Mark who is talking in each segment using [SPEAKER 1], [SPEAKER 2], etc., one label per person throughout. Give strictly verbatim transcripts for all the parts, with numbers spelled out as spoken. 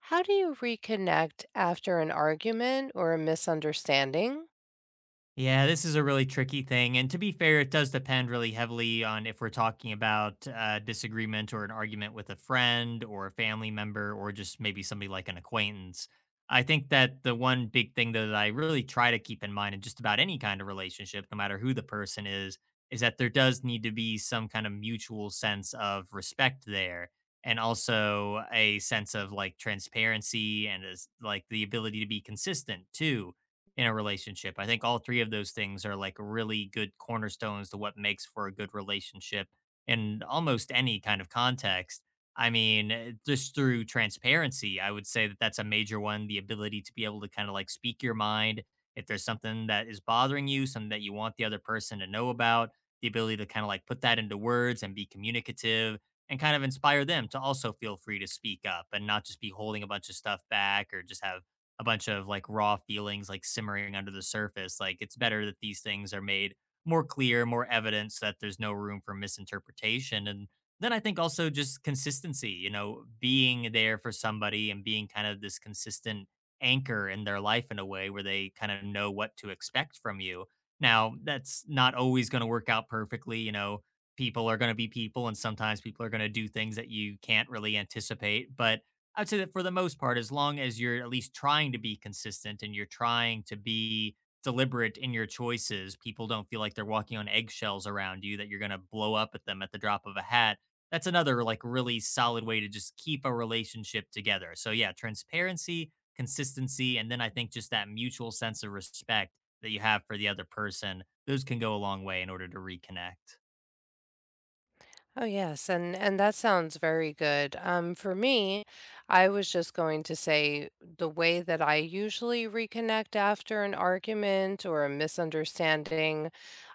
[SPEAKER 1] How do you reconnect after an argument or a misunderstanding?
[SPEAKER 2] Yeah, this is a really tricky thing. And to be fair, it does depend really heavily on if we're talking about a disagreement or an argument with a friend or a family member or just maybe somebody like an acquaintance. I think that the one big thing though, that I really try to keep in mind in just about any kind of relationship, no matter who the person is, is that there does need to be some kind of mutual sense of respect there and also a sense of like transparency and is like the ability to be consistent too in a relationship. I think all three of those things are like really good cornerstones to what makes for a good relationship in almost any kind of context. I mean, eh, just through transparency, I would say that that's a major one. The ability to be able to kind of like speak your mind. If there's something that is bothering you, something that you want the other person to know about, the ability to kind of like put that into words and be communicative and kind of inspire them to also feel free to speak up and not just be holding a bunch of stuff back or just have a bunch of like raw feelings like simmering under the surface. Like it's better that these things are made more clear, more evident so that there's no room for misinterpretation. And then I think also just consistency, you know, being there for somebody and being kind of this consistent anchor in their life in a way where they kind of know what to expect from you. Now, that's not always going to work out perfectly, you know, people are going to be people and sometimes people are going to do things that you can't really anticipate, but I'd say that for the most part, as long as you're at least trying to be consistent and you're trying to be deliberate in your choices, people don't feel like they're walking on eggshells around you that you're going to blow up at them at the drop of a hat. That's another like really solid way to just keep a relationship together. So yeah, transparency, consistency, and then I think just that mutual sense of respect that you have for the other person, those can go a long way in order to reconnect.
[SPEAKER 1] Oh yes, and and that sounds very good. Um for me, I was just going to say the way that I usually reconnect after an argument or a misunderstanding,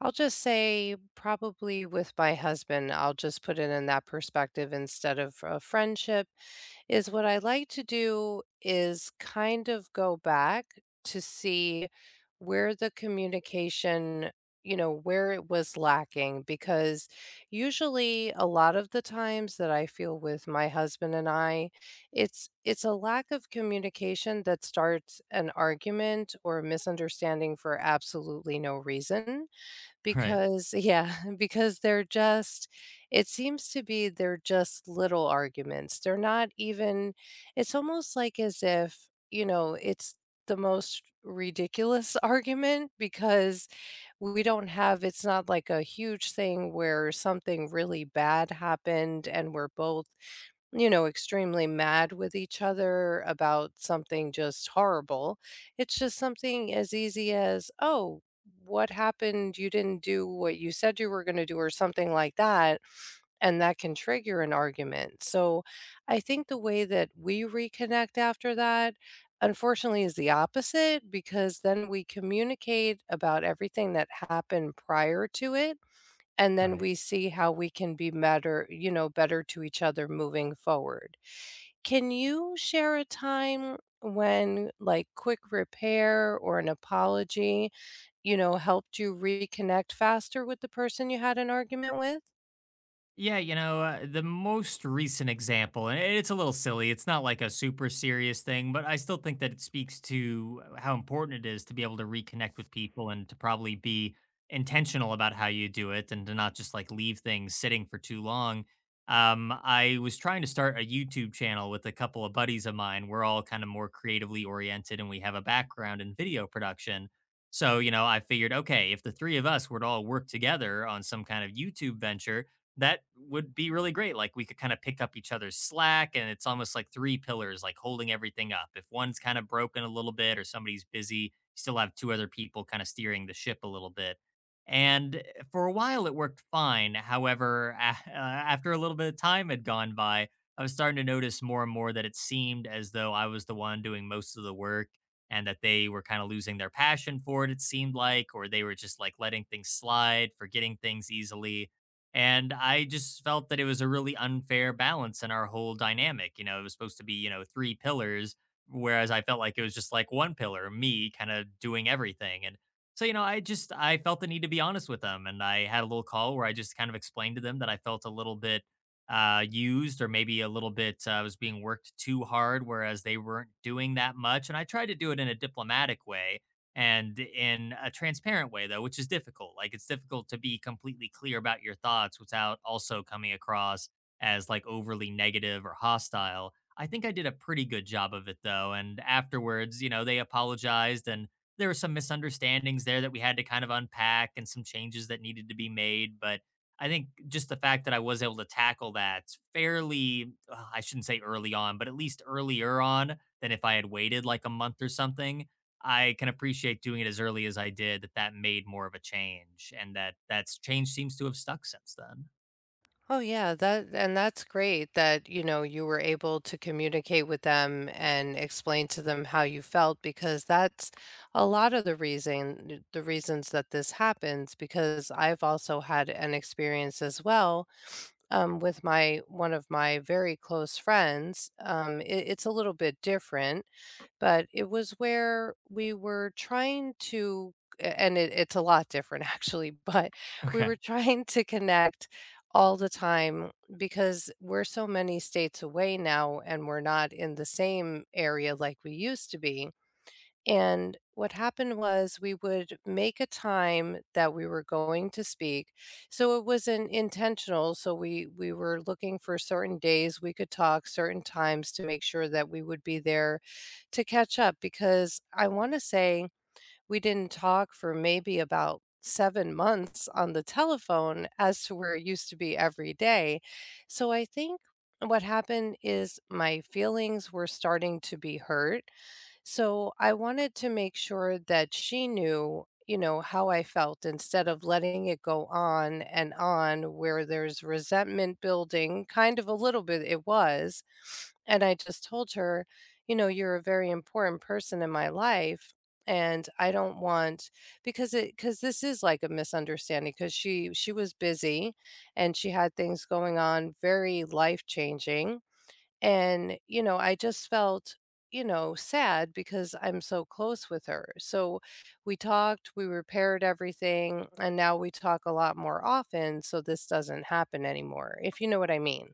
[SPEAKER 1] I'll just say probably with my husband. I'll just put it in that perspective instead of a friendship is what I like to do is kind of go back to see where the communication, you know, where it was lacking because usually a lot of the times that I feel with my husband and I, it's it's a lack of communication that starts an argument or a misunderstanding for absolutely no reason.
[SPEAKER 2] Right.
[SPEAKER 1] Because yeah, because they're just It seems to be they're just little arguments. They're not even It's almost like as if, you know, it's the most ridiculous argument because we don't have It's not like a huge thing where something really bad happened and we're both, you know, extremely mad with each other about something just horrible. It's just something as easy as, oh, what happened? You didn't do what you said you were going to do, or something like that. And that can trigger an argument. So I think the way that we reconnect after that, unfortunately, is the opposite because then we communicate about everything that happened prior to it. And then
[SPEAKER 2] Right.
[SPEAKER 1] we see how we can be better, you know, better to each other moving forward. Can you share a time when, like, quick repair or an apology, you know, helped you reconnect faster with the person you had an argument with?
[SPEAKER 2] Yeah, you know, uh, the most recent example, and it's a little silly. It's not like a super serious thing, but I still think that it speaks to uh, how important it is to be able to reconnect with people and to probably be intentional about how you do it and to not just like leave things sitting for too long. Um, I was trying to start a YouTube channel with a couple of buddies of mine. We're all kind of more creatively oriented and we have a background in video production. So, you know, I figured, okay, if the three of us were to all work together on some kind of YouTube venture, that would be really great. Like we could kind of pick up each other's slack, and it's almost like three pillars, like holding everything up. If one's kind of broken a little bit or somebody's busy, you still have two other people kind of steering the ship a little bit. And eh, for a while, it worked fine. However, a- uh, after a little bit of time had gone by, I was starting to notice more and more that it seemed as though I was the one doing most of the work and that they were kind of losing their passion for it, it seemed like, or they were just like letting things slide, forgetting things easily and I just felt that it was a really unfair balance in our whole dynamic. You know, it was supposed to be, you know, three pillars, whereas I felt like it was just like one pillar, me kind of doing everything. And so, you know, I just I felt the need to be honest with them. And I had a little call where I just kind of explained to them that I felt a little bit uh used or maybe a little bit uh, I was being worked too hard whereas they weren't doing that much, and I tried to do it in a diplomatic way and in a transparent way though, which is difficult. Like it's difficult to be completely clear about your thoughts without also coming across as like overly negative or hostile. I think I did a pretty good job of it though, and afterwards, you know, they apologized and there were some misunderstandings there that we had to kind of unpack and some changes that needed to be made, but I think just the fact that I was able to tackle that fairly ugh, I shouldn't say early on, but at least earlier on than if I had waited like a month or something. I can appreciate doing it as early as I did, that that made more of a change and that that's change seems to have stuck since then.
[SPEAKER 1] Oh, yeah, that and that's great that, you know, you were able to communicate with them and explain to them how you felt because that's a lot of the reason the reasons that this happens because I've also had an experience as well, um, with my one of my very close friends. Um, it, it's a little bit different, but it was where we were trying to, a- and it, it's a lot different actually, but we
[SPEAKER 2] Okay.
[SPEAKER 1] were trying to connect all the time because we're so many states away now and we're not in the same area like we used to be and what happened was we would make a time that we were going to speak. So it wasn't intentional. So we we were looking for certain days we could talk, certain times to make sure that we would be there to catch up because I want to say we didn't talk for maybe about Seven months on the telephone as to where it used to be every day. So I think what happened is my feelings were starting to be hurt so I wanted to make sure that she knew, you know, how I felt instead of letting it go on and on where there's resentment building, kind of a little bit it was. And I just told her, you know, you're a very important person in my life. And I don't want because it because this is like a misunderstanding because she she was busy and she had things going on very life changing and, you know, I just felt, you know, sad because I'm so close with her. So we talked, we repaired everything, and now we talk a lot more often. So this doesn't happen anymore, if you know what I mean.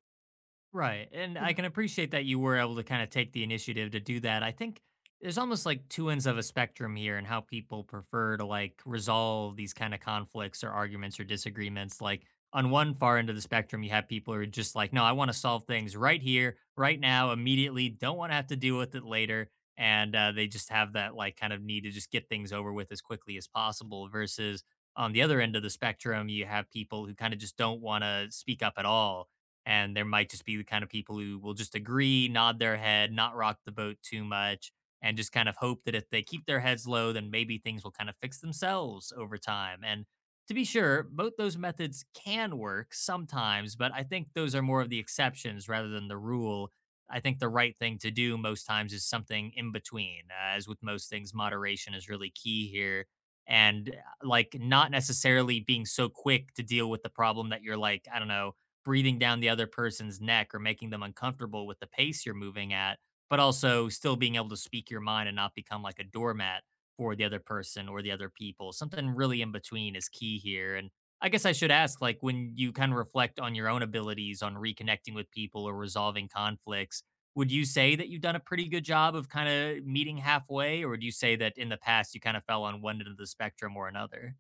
[SPEAKER 2] Right. And I
[SPEAKER 1] Mhm.
[SPEAKER 2] can appreciate that you were able to kind of take the initiative to do that. I think there's almost like two ends of a spectrum here and how people prefer to like resolve these kind of conflicts or arguments or disagreements. Like on one far end of the spectrum, you have people who are just like, no, I want to solve things right here, right now, immediately, don't want to have to deal with it later. And uh, they just have that like kind of need to just get things over with as quickly as possible versus on the other end of the spectrum, you have people who kind of just don't want to speak up at all and there might just be the kind of people who will just agree, nod their head, not rock the boat too much, and just kind of hope that if they keep their heads low, then maybe things will kind of fix themselves over time. And to be sure, both those methods can work sometimes, but I think those are more of the exceptions rather than the rule. I think the right thing to do most times is something in between. Uh, as with most things, moderation is really key here. And uh, like not necessarily being so quick to deal with the problem that you're like, I don't know, breathing down the other person's neck or making them uncomfortable with the pace you're moving at, but also still being able to speak your mind and not become like a doormat for the other person or the other people. Something really in between is key here. And I guess I should ask like, when you kind of reflect on your own abilities on reconnecting with people or resolving conflicts, would you say that you've done a pretty good job of kind of meeting halfway? Or would you say that in the past you kind of fell on one end of the spectrum or another?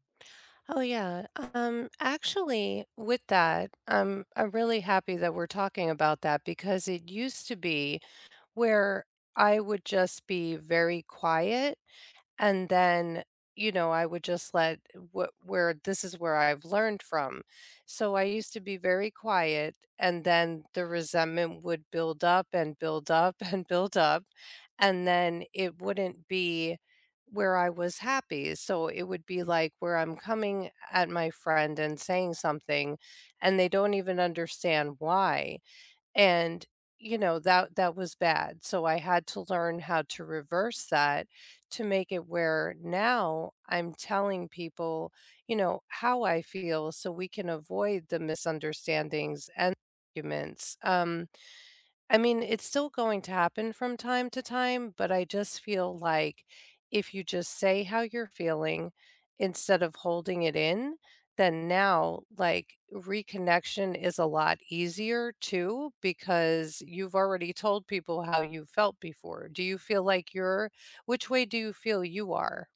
[SPEAKER 1] Oh yeah. Um actually with that, um I'm really happy that we're talking about that because it used to be where I would just be very quiet and then you know I would just let what where this is where I've learned from. So I used to be very quiet and then the resentment would build up and build up and build up and then it wouldn't be where I was happy so it would be like where I'm coming at my friend and saying something and they don't even understand why and, you know, that that was bad, so I had to learn how to reverse that to make it where now I'm telling people, you know, how I feel so we can avoid the misunderstandings and arguments. um I mean, it's still going to happen from time to time, but I just feel like if you just say how you're feeling instead of holding it in, then now, like, reconnection is a lot easier too because you've already told people how you felt before. Do you feel like you're which way do you feel you are?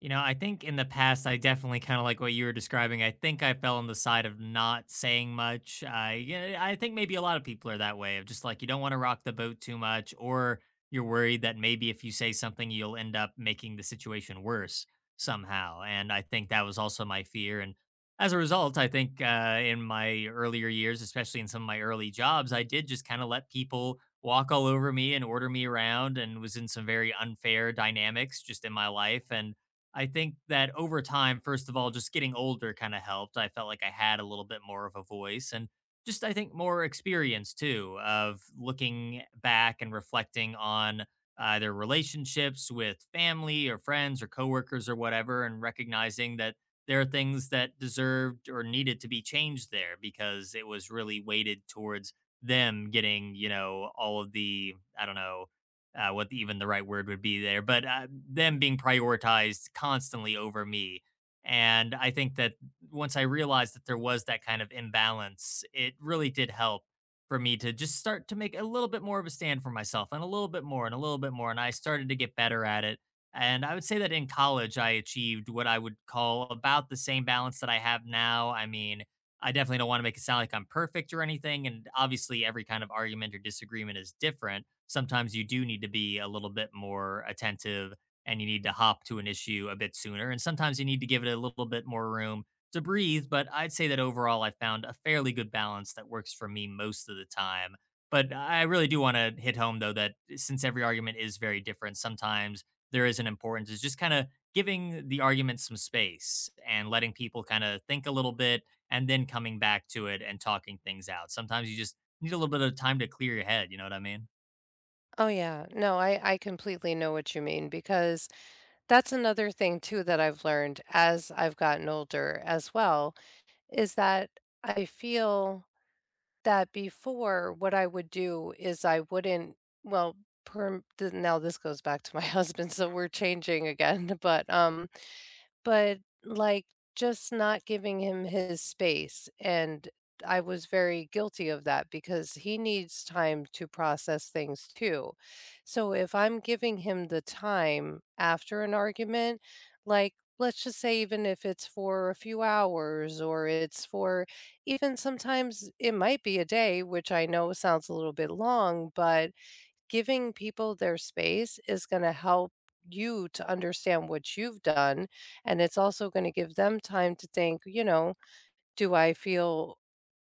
[SPEAKER 2] You know, I think in the past, I definitely kind of like what you were describing. I think I fell on the side of not saying much. I yeah, I think maybe a lot of people are that way of just like you don't want to rock the boat too much, or you're worried that maybe if you say something, you'll end up making the situation worse somehow. And I think that was also my fear. And as a result, I think uh, in my earlier years, especially in some of my early jobs, I did just kind of let people walk all over me and order me around, and was in some very unfair dynamics just in my life, and I think that over time, first of all, just getting older kind of helped. I felt like I had a little bit more of a voice, and just, I think, more experience too of looking back and reflecting on either relationships with family or friends or coworkers or whatever, and recognizing that there are things that deserved or needed to be changed there because it was really weighted towards them getting, you know, all of the, I don't know, uh, what the, even the right word would be there, but uh, them being prioritized constantly over me. And I think that once I realized that there was that kind of imbalance, it really did help for me to just start to make a little bit more of a stand for myself, and a little bit more and a little bit more. And I started to get better at it. And I would say that in college, I achieved what I would call about the same balance that I have now. I mean, I definitely don't want to make it sound like I'm perfect or anything. And obviously, every kind of argument or disagreement is different. Sometimes you do need to be a little bit more attentive and you need to hop to an issue a bit sooner. And sometimes you need to give it a little bit more room to breathe. But I'd say that overall, I found a fairly good balance that works for me most of the time. But I really do want to hit home, though, that eh, since every argument is very different, sometimes there is an importance is just kind of giving the argument some space and letting people kind of think a little bit and then coming back to it and talking things out. Sometimes you just need a little bit of time to clear your head. You know what I mean?
[SPEAKER 1] Oh yeah. No, I I completely know what you mean because that's another thing too that I've learned as I've gotten older as well. Is that I feel that before what I would do is I wouldn't well, perm now this goes back to my husband, so we're changing again, but, um but, like, just not giving him his space, and I was very guilty of that because he needs time to process things too. So, if I'm giving him the time after an argument, like, let's just say even if it's for a few hours or it's for even sometimes it might be a day, which I know sounds a little bit long, but giving people their space is gonna help you to understand what you've done, and it's also gonna give them time to think, you know, "Do I feel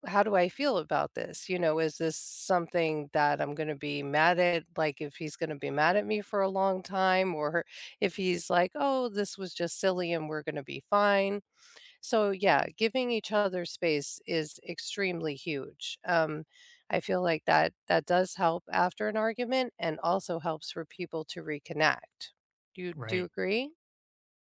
[SPEAKER 1] how do I feel about this?" You know, "Is this something that I'm gonna be mad at?" Like, if he's gonna be mad at me for a long time, or if he's like, "Oh, this was just silly and we're gonna be fine." So yeah, giving each other space is extremely huge. Um, I feel like that that does help after an argument and also helps for people to reconnect. Do you do you
[SPEAKER 2] Right.
[SPEAKER 1] agree?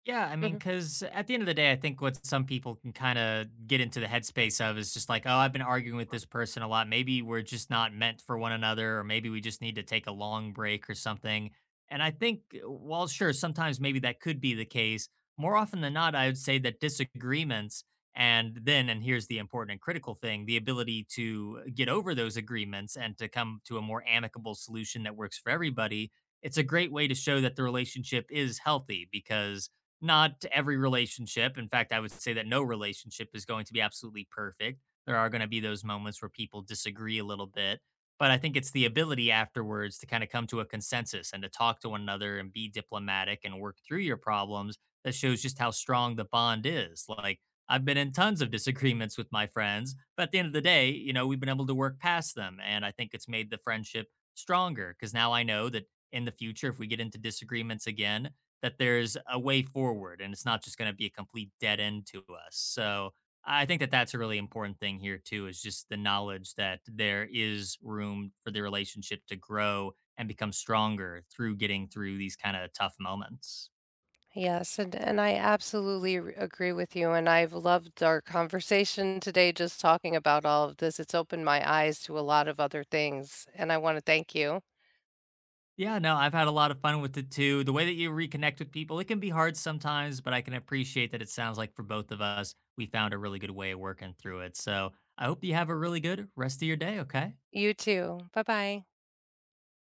[SPEAKER 2] Yeah, I mean,
[SPEAKER 1] Mhm.
[SPEAKER 2] because at the end of the day, I think what some people can kind of get into the headspace of is just like, oh, I've been arguing with this person a lot. Maybe we're just not meant for one another, or maybe we just need to take a long break or something. And I think, uh, while sure, sometimes maybe that could be the case, more often than not, I would say that disagreements, and then, and here's the important and critical thing, the ability to get over those agreements and to come to a more amicable solution that works for everybody. It's a great way to show that the relationship is healthy because not every relationship. In fact, I would say that no relationship is going to be absolutely perfect. There are going to be those moments where people disagree a little bit, but I think it's the ability afterwards to kind of come to a consensus and to talk to one another and be diplomatic and work through your problems that shows just how strong the bond is. Like, I've been in tons of disagreements with my friends, but at the end of the day, you know, we've been able to work past them. And I think it's made the friendship stronger because now I know that in the future, if we get into disagreements again, that there's a way forward and it's not just going to be a complete dead end to us. So I think that that's a really important thing here too is just the knowledge that there is room for the relationship to grow and become stronger through getting through these kind of tough moments.
[SPEAKER 1] Yes, and and I absolutely r- agree with you. And I've loved our conversation today, just talking about all of this. It's opened my eyes to a lot of other things, and I want to thank you.
[SPEAKER 2] Yeah, no, I've had a lot of fun with it too. The way that you reconnect with people, it can be hard sometimes, but I can appreciate that it sounds like for both of us, we found a really good way of working through it. So I hope you have a really good rest of your day, okay?
[SPEAKER 1] You too. Bye bye.